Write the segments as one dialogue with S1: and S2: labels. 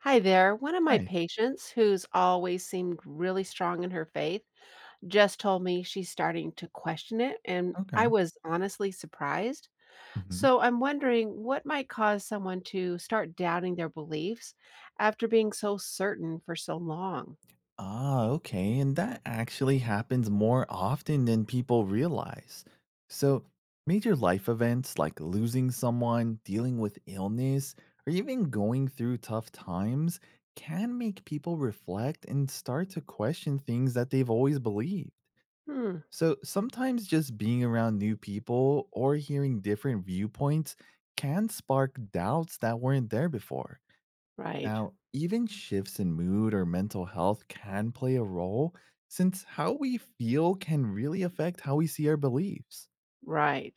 S1: Hi there. One of my
S2: Nice.
S1: patients, who's always seemed really strong in her faith, just told me she's starting to question it, and
S2: Okay.
S1: I was honestly surprised.
S2: Mhm.
S1: So I'm wondering what might cause someone to start doubting their beliefs after being so certain for so long?
S2: Okay. And that actually happens more often than people realize. So, major life events like losing someone, dealing with illness, or even going through tough times can make people reflect and start to question things that they've always believed.
S1: Hmm,
S2: So, sometimes just being around new people or hearing different viewpoints can spark doubts that weren't there before.
S1: right,
S2: Now, even shifts in mood or mental health can play a role since how we feel can really affect how we see our beliefs.
S1: right.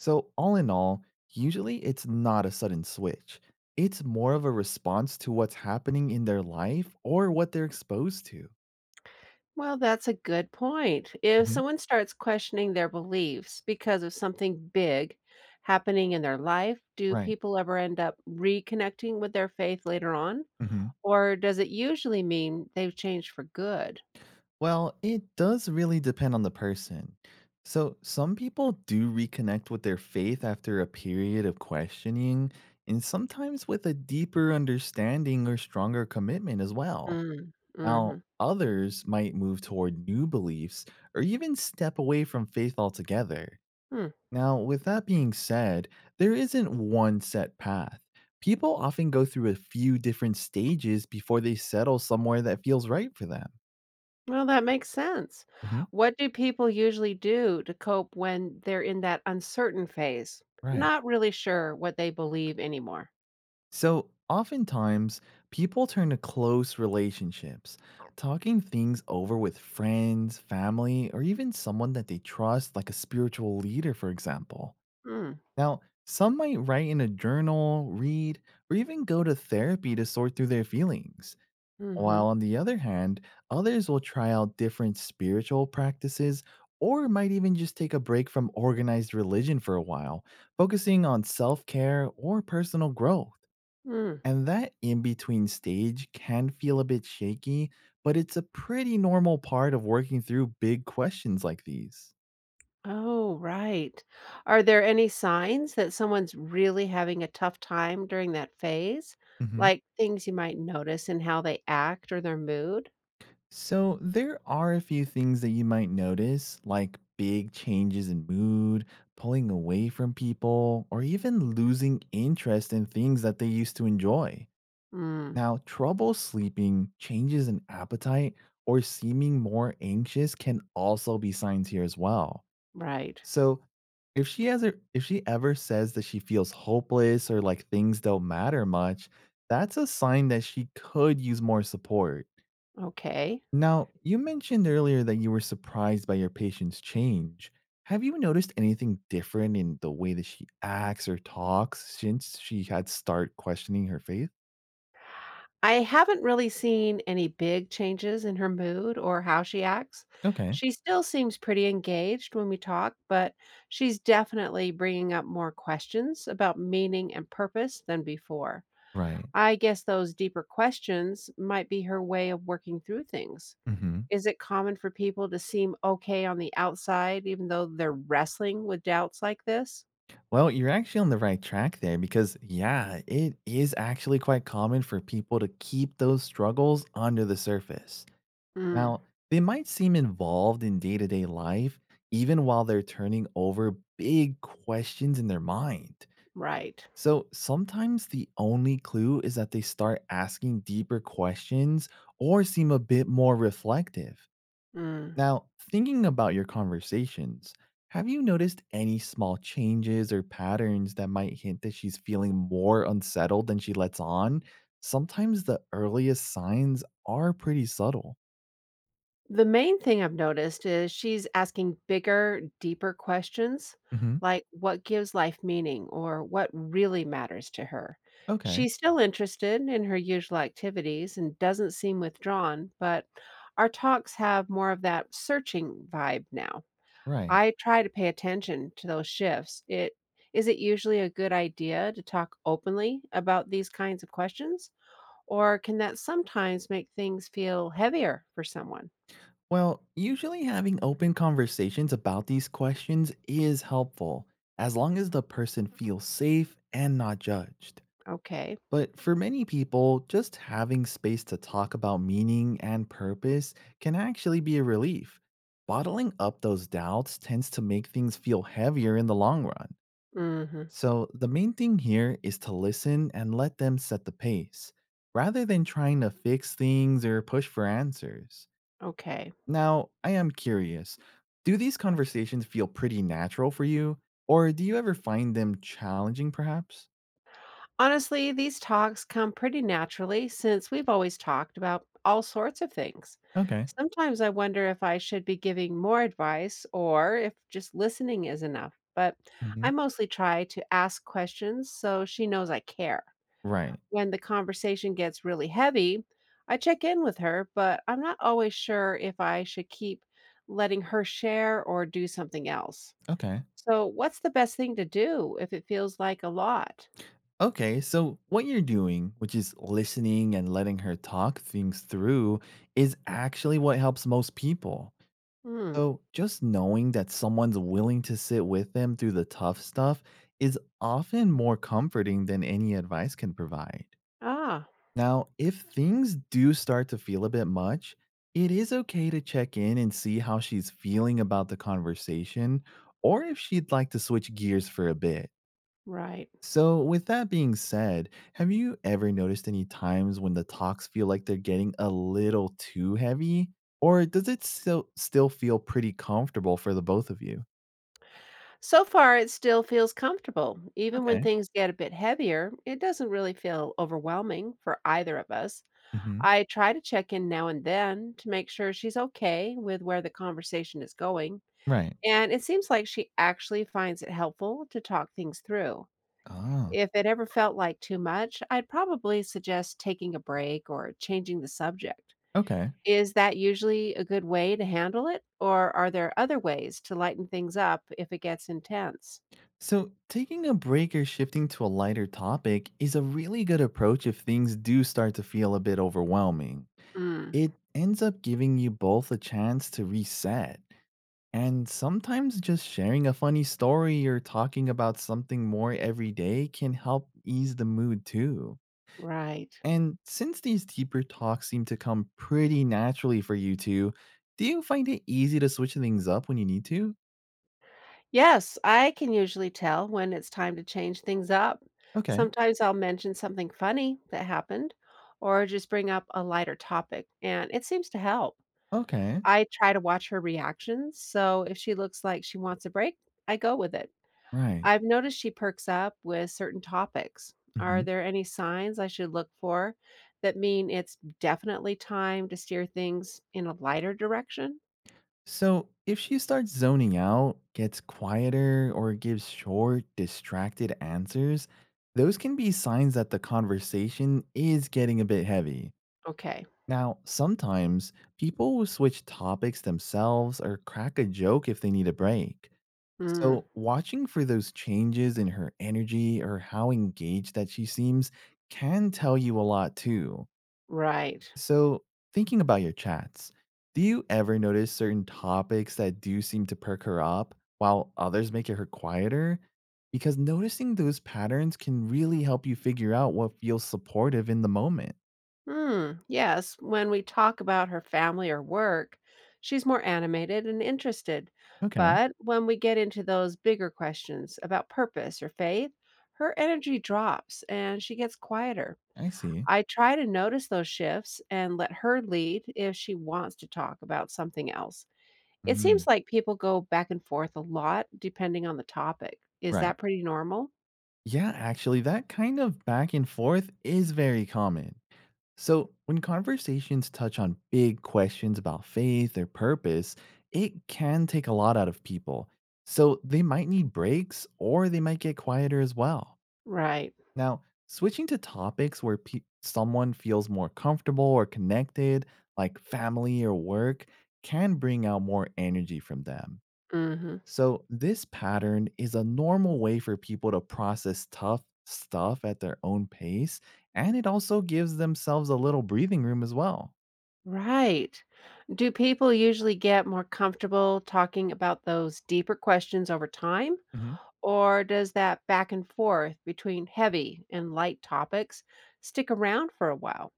S2: So, all in all, usually it's not a sudden switch. It's more of a response to what's happening in their life or what they're exposed to.
S1: Well, that's a good point. If
S2: hmm
S1: someone starts questioning their beliefs because of something big happening in their life, do
S2: Right.
S1: people ever end up reconnecting with their faith later on?
S2: Mhm.
S1: Or does it usually mean they've changed for good?
S2: Well, it does really depend on the person. So, some people do reconnect with their faith after a period of questioning, and sometimes with a deeper understanding or stronger commitment as well.
S1: Mm,
S2: Now,
S1: mhm,
S2: others might move toward new beliefs or even step away from faith altogether.
S1: hmm
S2: Now, with that being said, there isn't one set path. People often go through a few different stages before they settle somewhere that feels right for them.
S1: Well, that makes sense.
S2: hmm
S1: What do people usually do to cope when they're in that uncertain phase,
S2: Right.
S1: not really sure what they believe anymore?
S2: So, oftentimes, people turn to close relationships, talking things over with friends, family, or even someone that they trust, like a spiritual leader, for example.
S1: Mm,
S2: Now, some might write in a journal, read, or even go to therapy to sort through their feelings.
S1: mm-hmm,
S2: While on the other hand, others will try out different spiritual practices or might even just take a break from organized religion for a while, focusing on self care or personal growth.
S1: hmm.
S2: And that in between stage can feel a bit shaky, but it's a pretty normal part of working through big questions like these.
S1: Oh, right. Are there any signs that someone's really having a tough time during that phase?
S2: hmm
S1: Like things you might notice in how they act or their mood?
S2: So, there are a few things that you might notice, like big changes in mood, pulling away from people, or even losing interest in things that they used to enjoy.
S1: Mm,
S2: Now, trouble sleeping, changes in appetite, or seeming more anxious can also be signs here as well.
S1: right.
S2: So, if she ever says that she feels hopeless or like things don't matter much, that's a sign that she could use more support.
S1: Okay.
S2: Now, you mentioned earlier that you were surprised by your patient's change. Have you noticed anything different in the way that she acts or talks since she had start questioning her faith?
S1: I haven't really seen any big changes in her mood or how she acts.
S2: Okay.
S1: She still seems pretty engaged when we talk, but she's definitely bringing up more questions about meaning and purpose than before.
S2: Right.
S1: I guess those deeper questions might be her way of working through things.
S2: Mhm.
S1: Is it common for people to seem okay on the outside even though they're wrestling with doubts like this?
S2: Well, you're actually on the right track there because, yeah, it is actually quite common for people to keep those struggles under the surface.
S1: Mm,
S2: Now, they might seem involved in day to day life, even while they're turning over big questions in their mind.
S1: right.
S2: So sometimes the only clue is that they start asking deeper questions or seem a bit more reflective.
S1: Mm.
S2: Now, thinking about your conversations, have you noticed any small changes or patterns that might hint that she's feeling more unsettled than she lets on? Sometimes the earliest signs are pretty subtle.
S1: The main thing I've noticed is she's asking bigger, deeper questions
S2: hmm
S1: like what gives life meaning or what really matters to her.
S2: Okay,
S1: She's still interested in her usual activities and doesn't seem withdrawn, but our talks have more of that searching vibe now.
S2: right.
S1: I try to pay attention to those shifts. It Is it usually a good idea to talk openly about these kinds of questions or can that sometimes make things feel heavier for someone?
S2: Well, usually having open conversations about these questions is helpful, as long as the person feels safe and not judged.
S1: Okay.
S2: But for many people, just having space to talk about meaning and purpose can actually be a relief. Bottling up those doubts tends to make things feel heavier in the long run.
S1: Mhm.
S2: So the main thing here is to listen and let them set the pace, rather than trying to fix things or push for answers.
S1: Okay.
S2: Now, I am curious do these conversations feel pretty natural for you, or do you ever find them challenging, perhaps?
S1: Honestly, these talks come pretty naturally since we've always talked about all sorts of things.
S2: Okay.
S1: Sometimes I wonder if I should be giving more advice or if just listening is enough, but
S2: hmm
S1: I mostly try to ask questions so she knows I care.
S2: Right.
S1: When the conversation gets really heavy, I check in with her, but I'm not always sure if I should keep letting her share or do something else.
S2: Okay.
S1: So, what's the best thing to do if it feels like a lot?
S2: Okay, so what you're doing, which is listening and letting her talk things through, is actually what helps most people.
S1: Mm.
S2: So, just knowing that someone's willing to sit with them through the tough stuff is often more comforting than any advice can provide.
S1: Ah,
S2: Now, if things do start to feel a bit much, it is okay to check in and see how she's feeling about the conversation or if she'd like to switch gears for a bit.
S1: right.
S2: So, with that being said, have you ever noticed any times when the talks feel like they're getting a little too heavy? Or does it still feel pretty comfortable for the both of you?
S1: So far, it still feels comfortable. Even when
S2: Okay.
S1: things get a bit heavier, it doesn't really feel overwhelming for either of us.
S2: hmm
S1: I try to check in now and then to make sure she's okay with where the conversation is going.
S2: Right.
S1: And it seems like she actually finds it helpful to talk things through.
S2: Ah.
S1: If it ever felt like too much, I'd probably suggest taking a break or changing the subject.
S2: Okay.
S1: Is that usually a good way to handle it, or are there other ways to lighten things up if it gets intense?
S2: So, taking a break or shifting to a lighter topic is a really good approach if things do start to feel a bit overwhelming.
S1: Mm,
S2: It ends up giving you both a chance to reset. And sometimes just sharing a funny story or talking about something more every day can help ease the mood too.
S1: right.
S2: And since these deeper talks seem to come pretty naturally for you two, do you find it easy to switch things up when you need to?
S1: Yes, I can usually tell when it's time to change things up.
S2: Okay.
S1: Sometimes I'll mention something funny that happened or just bring up a lighter topic, and it seems to help.
S2: Okay.
S1: I try to watch her reactions, so if she looks like she wants a break, I go with it.
S2: Right.
S1: I've noticed she perks up with certain topics.
S2: hmm
S1: Are there any signs I should look for that mean it's definitely time to steer things in a lighter direction?
S2: So if she starts zoning out, gets quieter, or gives short, distracted answers, those can be signs that the conversation is getting a bit heavy.
S1: Okay.
S2: Now, sometimes people will switch topics themselves or crack a joke if they need a break.
S1: Mm,
S2: So, watching for those changes in her energy or how engaged that she seems can tell you a lot too.
S1: right.
S2: So, thinking about your chats, do you ever notice certain topics that do seem to perk her up while others make her quieter? Because noticing those patterns can really help you figure out what feels supportive in the moment.
S1: Hmm. Yes. When we talk about her family or work, she's more animated and interested.
S2: Okay,
S1: But when we get into those bigger questions about purpose or faith, her energy drops and she gets quieter.
S2: I see.
S1: I try to notice those shifts and let her lead if she wants to talk about something else. It seems
S2: Mhm.
S1: like people go back and forth a lot depending on the topic. Is
S2: Right.
S1: that pretty normal?
S2: Yeah, actually, that kind of back and forth is very common. So, when conversations touch on big questions about faith or purpose, it can take a lot out of people. So, they might need breaks or they might get quieter as well.
S1: Right.
S2: Now, switching to topics where someone feels more comfortable or connected, like family or work, can bring out more energy from them.
S1: hmm
S2: So, this pattern is a normal way for people to process tough stuff at their own pace, and it also gives themselves a little breathing room as well.
S1: Right. Do people usually get more comfortable talking about those deeper questions over time?
S2: hmm
S1: Or does that back and forth between heavy and light topics stick around for a while?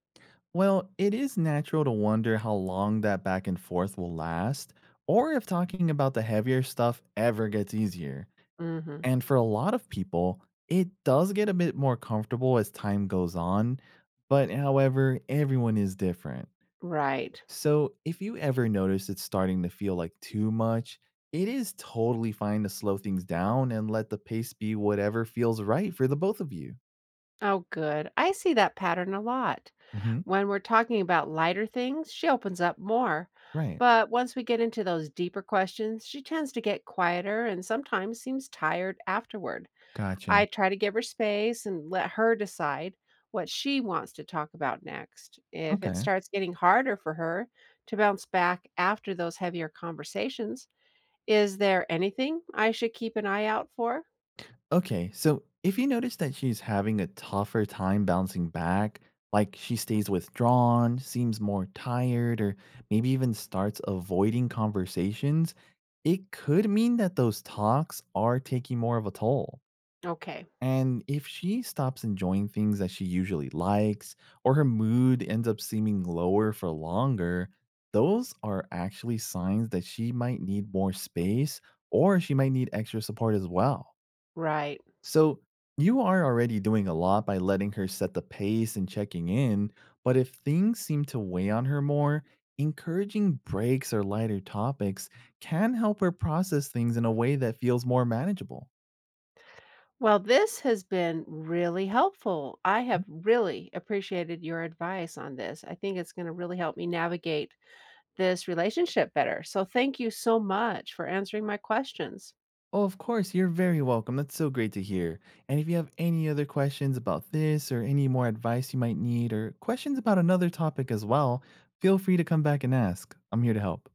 S2: Well, it is natural to wonder how long that back and forth will last, or if talking about the heavier stuff ever gets easier.
S1: hmm
S2: And for a lot of people, it does get a bit more comfortable as time goes on, but however, everyone is different.
S1: Right.
S2: So, if you ever notice it's starting to feel like too much, it is totally fine to slow things down and let the pace be whatever feels right for the both of you.
S1: Oh, good. I see that pattern a lot.
S2: hmm
S1: When we're talking about lighter things, she opens up more.
S2: Right.
S1: But once we get into those deeper questions, she tends to get quieter and sometimes seems tired afterward.
S2: Gotcha.
S1: I try to give her space and let her decide what she wants to talk about next. If it
S2: Okay.
S1: starts getting harder for her to bounce back after those heavier conversations, is there anything I should keep an eye out for?
S2: Okay. So, if you notice that she's having a tougher time bouncing back, like she stays withdrawn, seems more tired, or maybe even starts avoiding conversations, it could mean that those talks are taking more of a toll.
S1: Okay,
S2: And if she stops enjoying things that she usually likes, or her mood ends up seeming lower for longer, those are actually signs that she might need more space or she might need extra support as well.
S1: right.
S2: So you are already doing a lot by letting her set the pace and checking in, but if things seem to weigh on her more, encouraging breaks or lighter topics can help her process things in a way that feels more manageable.
S1: Well, this has been really helpful. I have really appreciated your advice on this. I think it's going to really help me navigate this relationship better. So, thank you so much for answering my questions.
S2: Oh, of course, you're very welcome. That's so great to hear. And if you have any other questions about this or any more advice you might need or questions about another topic as well, feel free to come back and ask. I'm here to help.